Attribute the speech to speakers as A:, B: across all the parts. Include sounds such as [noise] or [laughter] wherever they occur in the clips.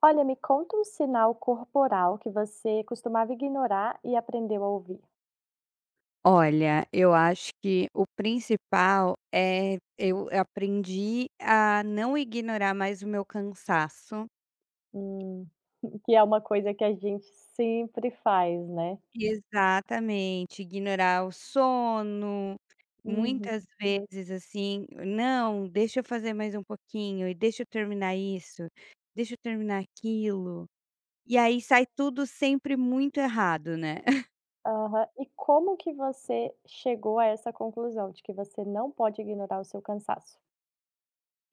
A: Olha, me conta um sinal corporal que você costumava ignorar e aprendeu a ouvir.
B: Olha, eu acho que o principal é eu aprendi a não ignorar mais o meu cansaço.
A: Hum. [laughs] que é uma coisa que a gente sempre faz, né?
B: Exatamente, ignorar o sono.
A: Uhum.
B: Muitas vezes, assim, não, deixa eu fazer mais um pouquinho e deixa eu terminar isso, deixa eu terminar aquilo. E aí sai tudo sempre muito errado, né? [laughs]
A: Aham. E como que você chegou a essa conclusão de que você não pode ignorar o seu cansaço?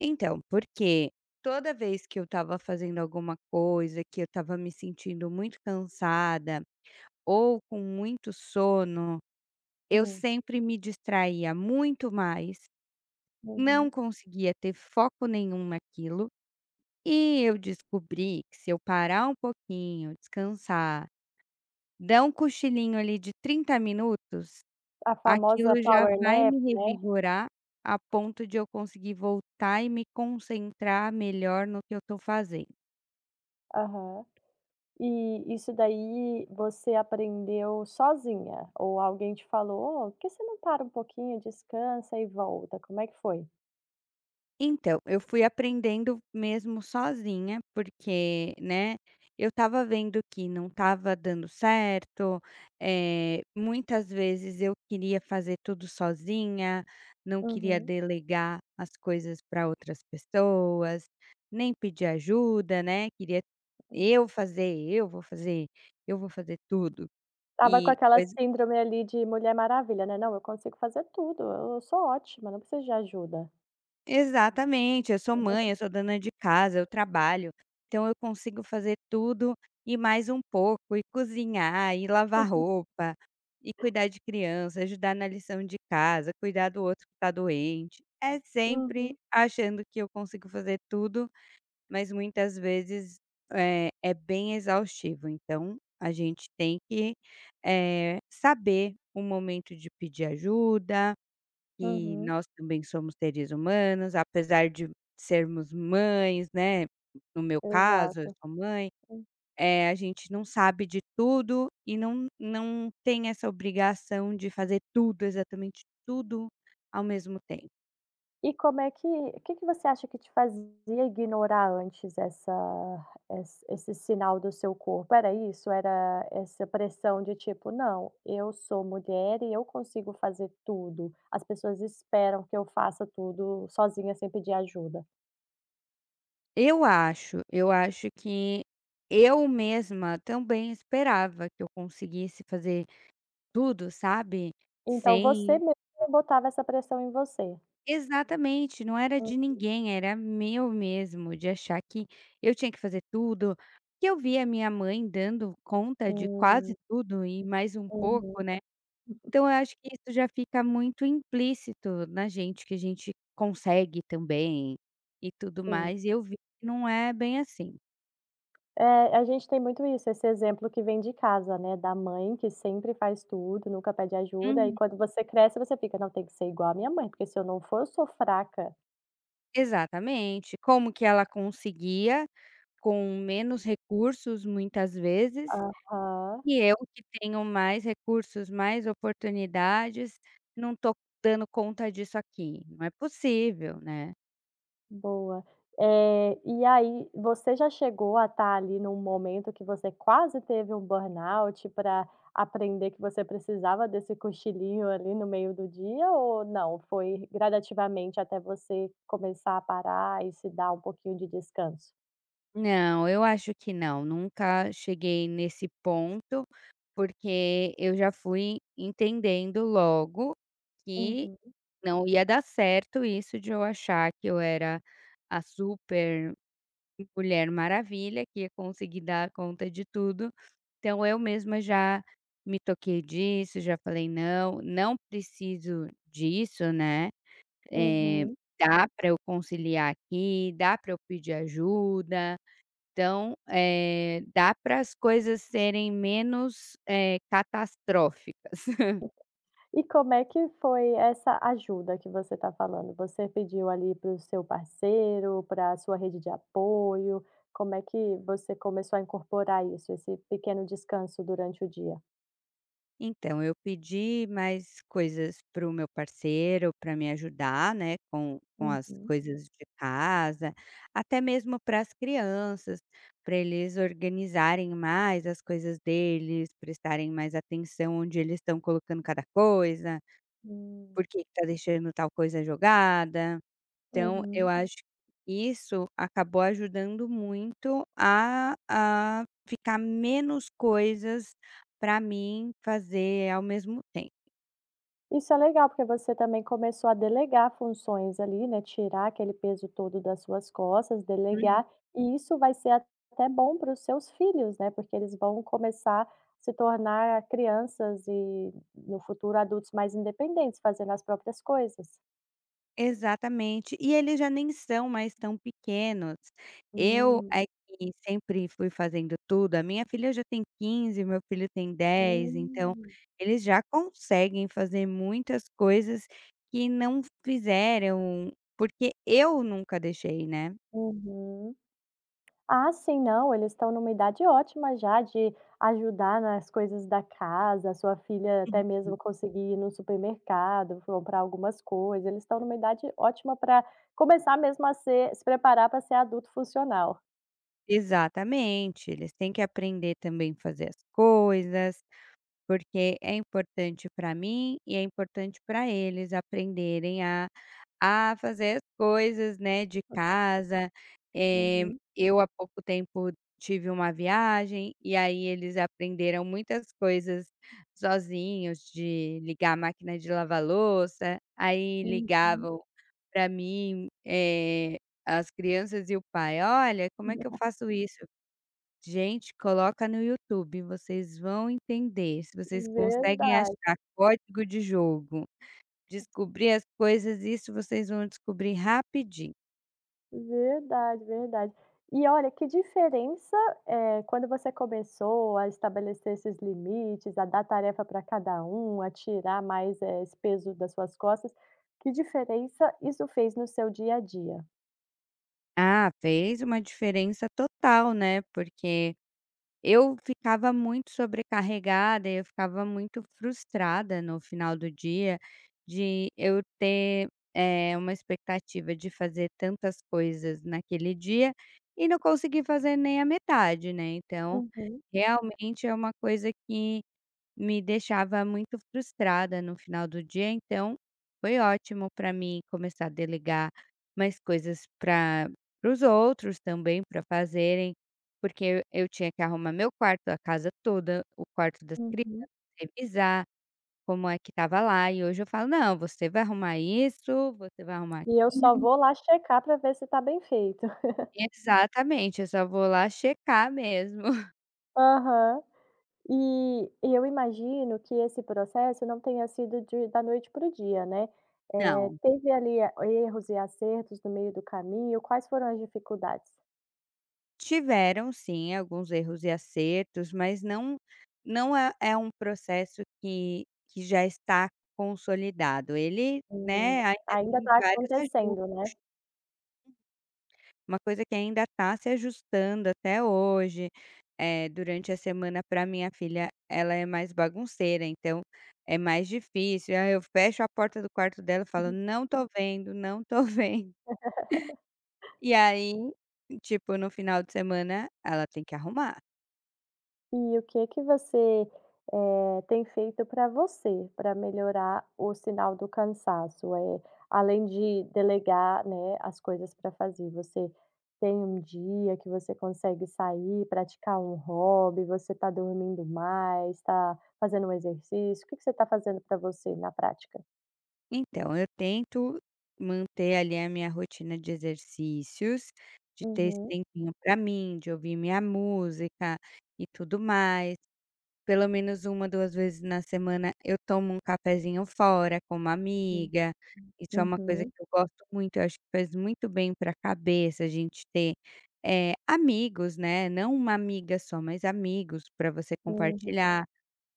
B: Então, porque toda vez que eu estava fazendo alguma coisa, que eu estava me sentindo muito cansada ou com muito sono, eu
A: Hum,
B: sempre me distraía muito mais, não
A: uhum.
B: conseguia ter foco nenhum naquilo, e eu descobri que se eu parar um pouquinho, descansar, dar um cochilinho ali de 30 minutos,
A: A famosa
B: aquilo já
A: power
B: vai
A: nap,
B: me
A: né?
B: revigorar a ponto de eu conseguir voltar e me concentrar melhor no que eu estou fazendo.
A: Aham. E isso daí você aprendeu sozinha? Ou alguém te falou, "Ô, por que você não para um pouquinho, descansa e volta? Como é que foi?
B: Então, eu fui aprendendo mesmo sozinha, porque, né, eu estava vendo que não estava dando certo, muitas vezes eu queria fazer tudo sozinha, não queria
A: Uhum.
B: delegar as coisas para outras pessoas, nem pedir ajuda, né, queria eu fazer, eu vou fazer, eu vou fazer tudo,
A: Tava com
B: e
A: aquela
B: coisas.
A: síndrome ali de Mulher Maravilha, né, "Não, eu consigo fazer tudo, eu sou ótima, não preciso de ajuda".
B: Exatamente, eu sou mãe, eu sou dona de casa, eu trabalho, então eu consigo fazer tudo e mais um pouco, e cozinhar, e lavar roupa, e cuidar de criança, ajudar na lição de casa, cuidar do outro que está doente. É sempre
A: Uhum.
B: achando que eu consigo fazer tudo, mas muitas vezes é bem exaustivo. Então a gente tem que saber o momento de pedir ajuda, que
A: Uhum,
B: nós também somos seres humanos, apesar de sermos mães, né, no meu caso, eu
A: exato.
B: sou mãe,
A: Hum.
B: a gente não sabe de tudo e não tem essa obrigação de fazer tudo, exatamente tudo ao mesmo tempo.
A: E como é que o que que você acha que te fazia ignorar antes essa ess esse sinal do seu corpo? Era isso? Era essa pressão de tipo: "Não, eu sou mulher e eu consigo fazer tudo, as pessoas esperam que eu faça tudo sozinha sem pedir ajuda".
B: Eu acho que eu mesma também esperava que eu conseguisse fazer tudo, sabe,
A: Então você
B: sem.
A: mesma botava essa pressão em você?
B: Exatamente, não era de ninguém, era meu mesmo, de achar que eu tinha que fazer tudo, que eu via minha mãe dando conta de quase
A: Hum,
B: tudo e mais um
A: uhum,
B: pouco, né. Então eu acho que isso já fica muito implícito na gente, que a gente consegue também, e tudo
A: sim.
B: mais, e eu vi que não é bem assim.
A: É, a gente tem muito isso, esse exemplo que vem de casa, né, da mãe que sempre faz tudo, nunca pede ajuda, e
B: Uhum.
A: quando você cresce, você fica: "Não, tem que ser igual à minha mãe, porque se eu não for, eu sou fraca".
B: Exatamente, como que ela conseguia, com menos recursos muitas vezes,
A: Aham.
B: e eu que tenho mais recursos, mais oportunidades, não estou dando conta disso aqui, não é possível, né.
A: Boa. E aí, você já chegou a estar ali num momento que você quase teve um burnout para aprender que você precisava desse cochilinho ali no meio do dia ou não? Foi gradativamente até você começar a parar e se dar um pouquinho de descanso?
B: Não, eu acho que não, nunca cheguei nesse ponto, porque eu já fui entendendo logo que
A: Uhum,
B: não ia dar certo isso de eu achar que eu era a super Mulher Maravilha, que ia conseguir dar conta de tudo. Então eu mesma já me toquei disso, já falei: "Não, não preciso disso, né, eh,
A: uhum.
B: dá para eu conciliar aqui, dá para eu pedir ajuda". Então, dá para as coisas serem menos, catastróficas.
A: E como é que foi essa ajuda que você está falando? Você pediu ali para o seu parceiro, para a sua rede de apoio? Como é que você começou a incorporar isso, esse pequeno descanso durante o dia?
B: Então, eu pedi mais coisas para o meu parceiro, para me ajudar, né, com as
A: Uhum,
B: coisas de casa, até mesmo para as crianças, para eles organizarem mais as coisas deles, prestarem mais atenção onde eles estão colocando cada coisa,
A: hum,
B: por que está deixando tal coisa jogada. Então eu
A: uhum.
B: acho que isso acabou ajudando muito a ficar menos coisas para mim fazer ao mesmo tempo.
A: Isso é legal, porque você também começou a delegar funções ali, né, tirar aquele peso todo das suas costas,
B: Uhum.
A: delegar, e isso vai ser até bom para os seus filhos, né, porque eles vão começar a se tornar crianças e, no futuro, adultos mais independentes, fazendo as próprias coisas.
B: Exatamente. E eles já nem são mais tão pequenos. Eu
A: Hum,
B: é que sempre fui fazendo tudo, a minha filha já tem 15, meu filho tem 10, então
A: hum.
B: eles já conseguem fazer muitas coisas que não fizeram, porque eu nunca deixei, né.
A: Uhum. Ah, sim, não, eles estão numa idade ótima já de ajudar nas coisas da casa, a sua filha até mesmo conseguir ir no supermercado, comprar algumas coisas, eles estão numa idade ótima para começar mesmo a ser se preparar para ser adulto funcional.
B: Exatamente, eles têm que aprender também fazer as coisas, porque é importante para mim e é importante para eles aprenderem a fazer as coisas, né, de casa. Eh,
A: Uhum.
B: eu há pouco tempo tive uma viagem e aí eles aprenderam muitas coisas sozinhos, de ligar a máquina de lavar louça, aí
A: Uhum.
B: ligavam para mim, as crianças e o pai: "Olha, como é que eu
A: [laughs]
B: faço isso?" Gente, coloca no YouTube, vocês vão entender. Se vocês conseguem
A: Verdade.
B: achar código de jogo, descobrir as coisas, isso vocês vão descobrir rapidinho.
A: Verdade, verdade. E olha, que diferença, é quando você começou a estabelecer esses limites, a dar tarefa para cada um, a tirar mais, esse peso das suas costas, que diferença isso fez no seu dia a dia?
B: Ah, fez uma diferença total, né, porque eu ficava muito sobrecarregada, eu ficava muito frustrada no final do dia de eu ter, uma expectativa de fazer tantas coisas naquele dia e não conseguir fazer nem a metade, né. Então
A: Uhum,
B: realmente é uma coisa que me deixava muito frustrada no final do dia, então foi ótimo para mim começar a delegar mais coisas para os outros também, para fazerem, porque eu tinha que arrumar meu quarto, a casa toda, o quarto das crianças,
A: uhum.
B: revisar como é que estava lá, e hoje eu falo: "Não, você vai arrumar isso, você vai arrumar
A: E eu só
B: aquilo".
A: vou lá checar para ver se está bem feito. [laughs]
B: Exatamente, eu só vou lá checar mesmo. [laughs]
A: Aham. E eu imagino que esse processo não tenha sido de da noite para o dia, né.
B: Não.
A: Teve ali a erros e acertos no meio do caminho, quais foram as dificuldades?
B: Tiveram sim alguns erros e acertos, mas não é um processo que já está consolidado. Ele,
A: Hum.
B: né, ainda
A: Ainda
B: tem
A: está
B: vários
A: acontecendo,
B: ajustes,
A: né?
B: uma coisa que ainda está se ajustando até hoje. Durante a semana para minha filha, ela é mais bagunceira, então é mais difícil. Aí eu fecho a porta do quarto dela e falo: "Não tô vendo, não tô [laughs] vendo". E aí, tipo, no final de semana, ela tem que arrumar.
A: E o que que você, tem feito para você, para melhorar o sinal do cansaço? É além de delegar, né, as coisas para fazer, você tem um dia que você consegue sair, praticar um hobby, você está dormindo mais, está fazendo um exercício, o que que você está fazendo para você na prática?
B: Então, eu tento manter ali a minha rotina de exercícios, de ter esse
A: Uhum,
B: tempinho para mim, de ouvir minha música e tudo mais. Pelo menos uma, 2 vezes na semana eu tomo um cafezinho fora com uma
A: hum,
B: amiga. Isso é uma coisa
A: uhum,
B: que eu gosto muito, eu acho que faz muito bem para a cabeça a gente ter, amigos, né, não uma amiga só, mas amigos para você
A: uhum,
B: compartilhar,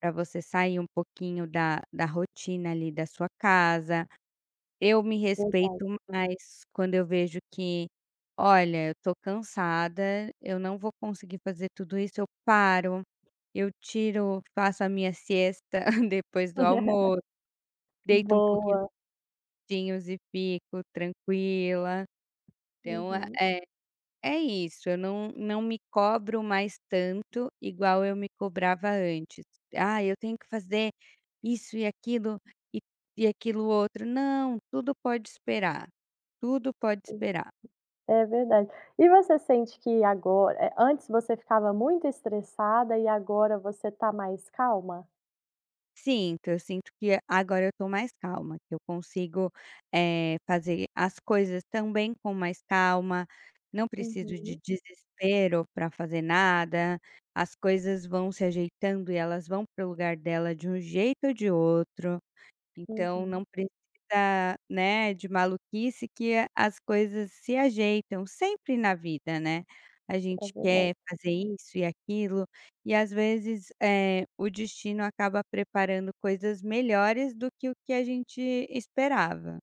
B: para você sair um pouquinho da rotina ali da sua casa. Eu me
A: verdade.
B: respeito mais quando eu vejo que, olha, eu tô cansada, eu não vou conseguir fazer tudo isso, eu paro, eu tiro, faço a minha siesta [laughs] depois do almoço,
A: [laughs]
B: deito um pouquinho
A: Boa,
B: e fico tranquila. Então,
A: uhum.
B: é é isso, eu não me cobro mais tanto igual eu me cobrava antes. "Ah, eu tenho que fazer isso e aquilo e e aquilo outro". Não, tudo pode esperar, tudo pode esperar.
A: É verdade. E você sente que agora antes você ficava muito estressada e agora você está mais calma?
B: Sinto, eu sinto que agora eu tô mais calma, que eu consigo, fazer as coisas também com mais calma, não preciso de
A: Uhum,
B: desespero para fazer nada, as coisas vão se ajeitando e elas vão para o lugar dela de um jeito ou de outro. Então não
A: uhum,
B: precisa, né, de maluquice, que a as coisas se ajeitam, sempre na vida, né. A
A: é
B: gente
A: verdade.
B: quer fazer isso e aquilo, e às vezes, o destino acaba preparando coisas melhores do que o que a gente esperava.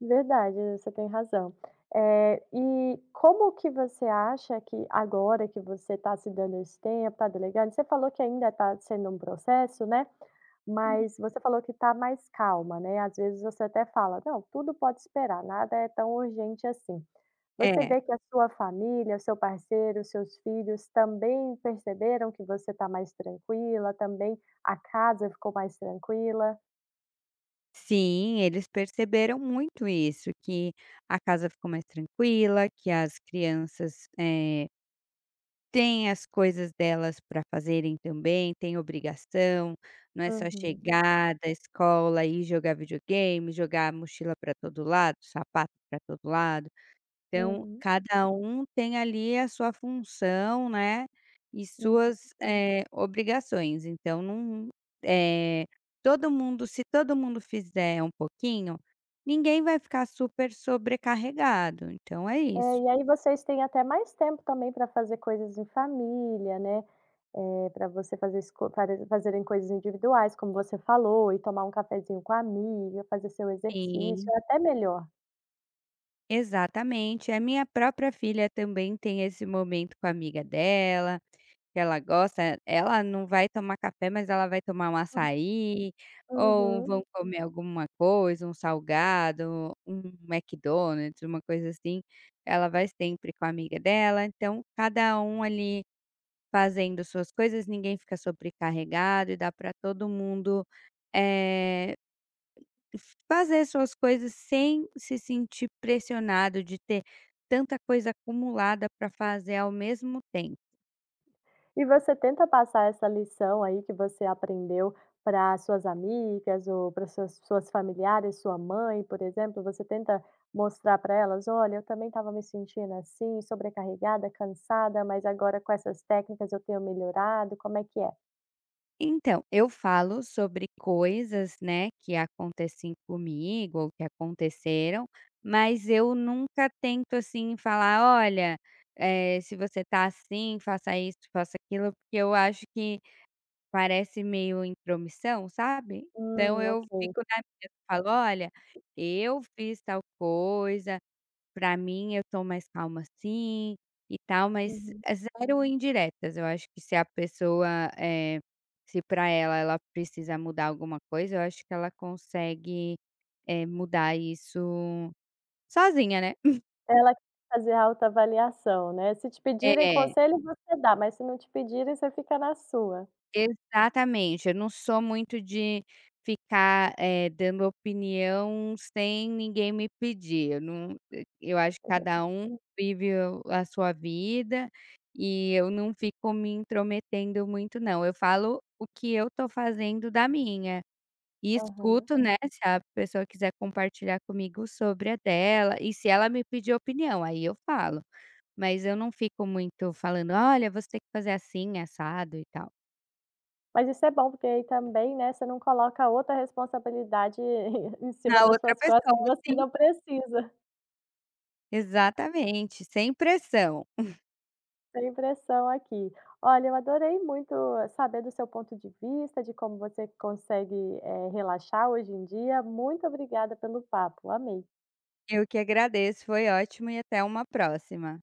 A: Verdade, você tem razão. E como que você acha que agora que você está se dando esse tempo, está delegando você falou que ainda está sendo um processo, né,
B: Hum.
A: mas você falou que está mais calma, né, às vezes você até fala: "Não, tudo pode esperar, nada é tão urgente assim". Você
B: É,
A: vê que a sua família, o seu parceiro, os seus filhos também perceberam que você está mais tranquila, também a casa ficou mais tranquila?
B: sim, eles perceberam muito isso, que a casa ficou mais tranquila, que as crianças, tem as coisas delas para fazerem também, tem obrigação, não é só
A: Uhum,
B: chegar da escola e jogar videogame, jogar a mochila para todo lado, sapato para todo lado. Então,
A: uhum,
B: cada um tem ali a sua função, né, e
A: uhum.
B: suas, obrigações. Então não, eh, todo mundo se todo mundo fizer um pouquinho, ninguém vai ficar super sobrecarregado, então é
A: É,
B: isso.
A: e aí vocês têm até mais tempo também para fazer coisas em família, né, para fazerem coisas individuais, como você falou, e tomar um cafezinho com a amiga, fazer seu
B: Sim.
A: exercício, é até melhor.
B: Exatamente. A minha própria filha também tem esse momento com a amiga dela, que ela gosta. Ela não vai tomar café, mas ela vai tomar um açaí, ou
A: Uhum.
B: vão comer alguma coisa, um salgado, um McDonald's, uma coisa assim. Ela vai sempre com a amiga dela. Então, cada um ali fazendo suas coisas, ninguém fica sobrecarregado e dá para todo mundo. eh, Fazer suas coisas sem se sentir pressionado de ter tanta coisa acumulada para fazer ao mesmo tempo.
A: E você tenta passar essa lição aí que você aprendeu para suas amigas ou para suas familiares, sua mãe, por exemplo, você tenta mostrar para elas: "Olha, eu também estava me sentindo assim, sobrecarregada, cansada, mas agora com essas técnicas eu tenho melhorado", como é que é?
B: Então, eu falo sobre coisas, né, que acontecem comigo ou que aconteceram, mas eu nunca tento assim falar, olha, se você tá assim, faça isso, faça aquilo, porque eu acho que parece meio intromissão, sabe? Então eu
A: Ok.
B: fico na minha, falo, olha, eu fiz tal coisa, pra mim, eu tô mais calma assim e tal, mas
A: Uhum.
B: é 0 indiretas. Eu acho que se a pessoa, se pra ela, ela precisa mudar alguma coisa, eu acho que ela consegue, mudar isso sozinha, né.
A: Ela quer fazer a autoavaliação, né. Se te pedirem
B: É.
A: conselho, você dá, mas se não te pedirem, você fica na sua.
B: Exatamente, eu não sou muito de ficar, dando opinião sem ninguém me pedir, eu não eh, eu acho que cada um vive o a sua vida, e eu não fico me intrometendo muito não, eu falo o que eu estou fazendo da minha, e
A: Aham.
B: escuto, né, se a pessoa quiser compartilhar comigo sobre a dela, e se ela me pedir opinião, aí eu falo, mas eu não fico muito falando: "Olha, você tem que fazer assim, assado e tal".
A: Mas isso é bom, porque aí também, né, você não coloca outra responsabilidade [laughs] em cima
B: Na
A: das
B: outra
A: suas costas que
B: pessoa,
A: você
B: sim.
A: não precisa.
B: Exatamente, sem pressão.
A: Sem pressão aqui. Olha, eu adorei muito saber do seu ponto de vista, de como você consegue, relaxar hoje em dia. Muito obrigada pelo papo, amei.
B: Eu que agradeço, foi ótimo e até uma próxima.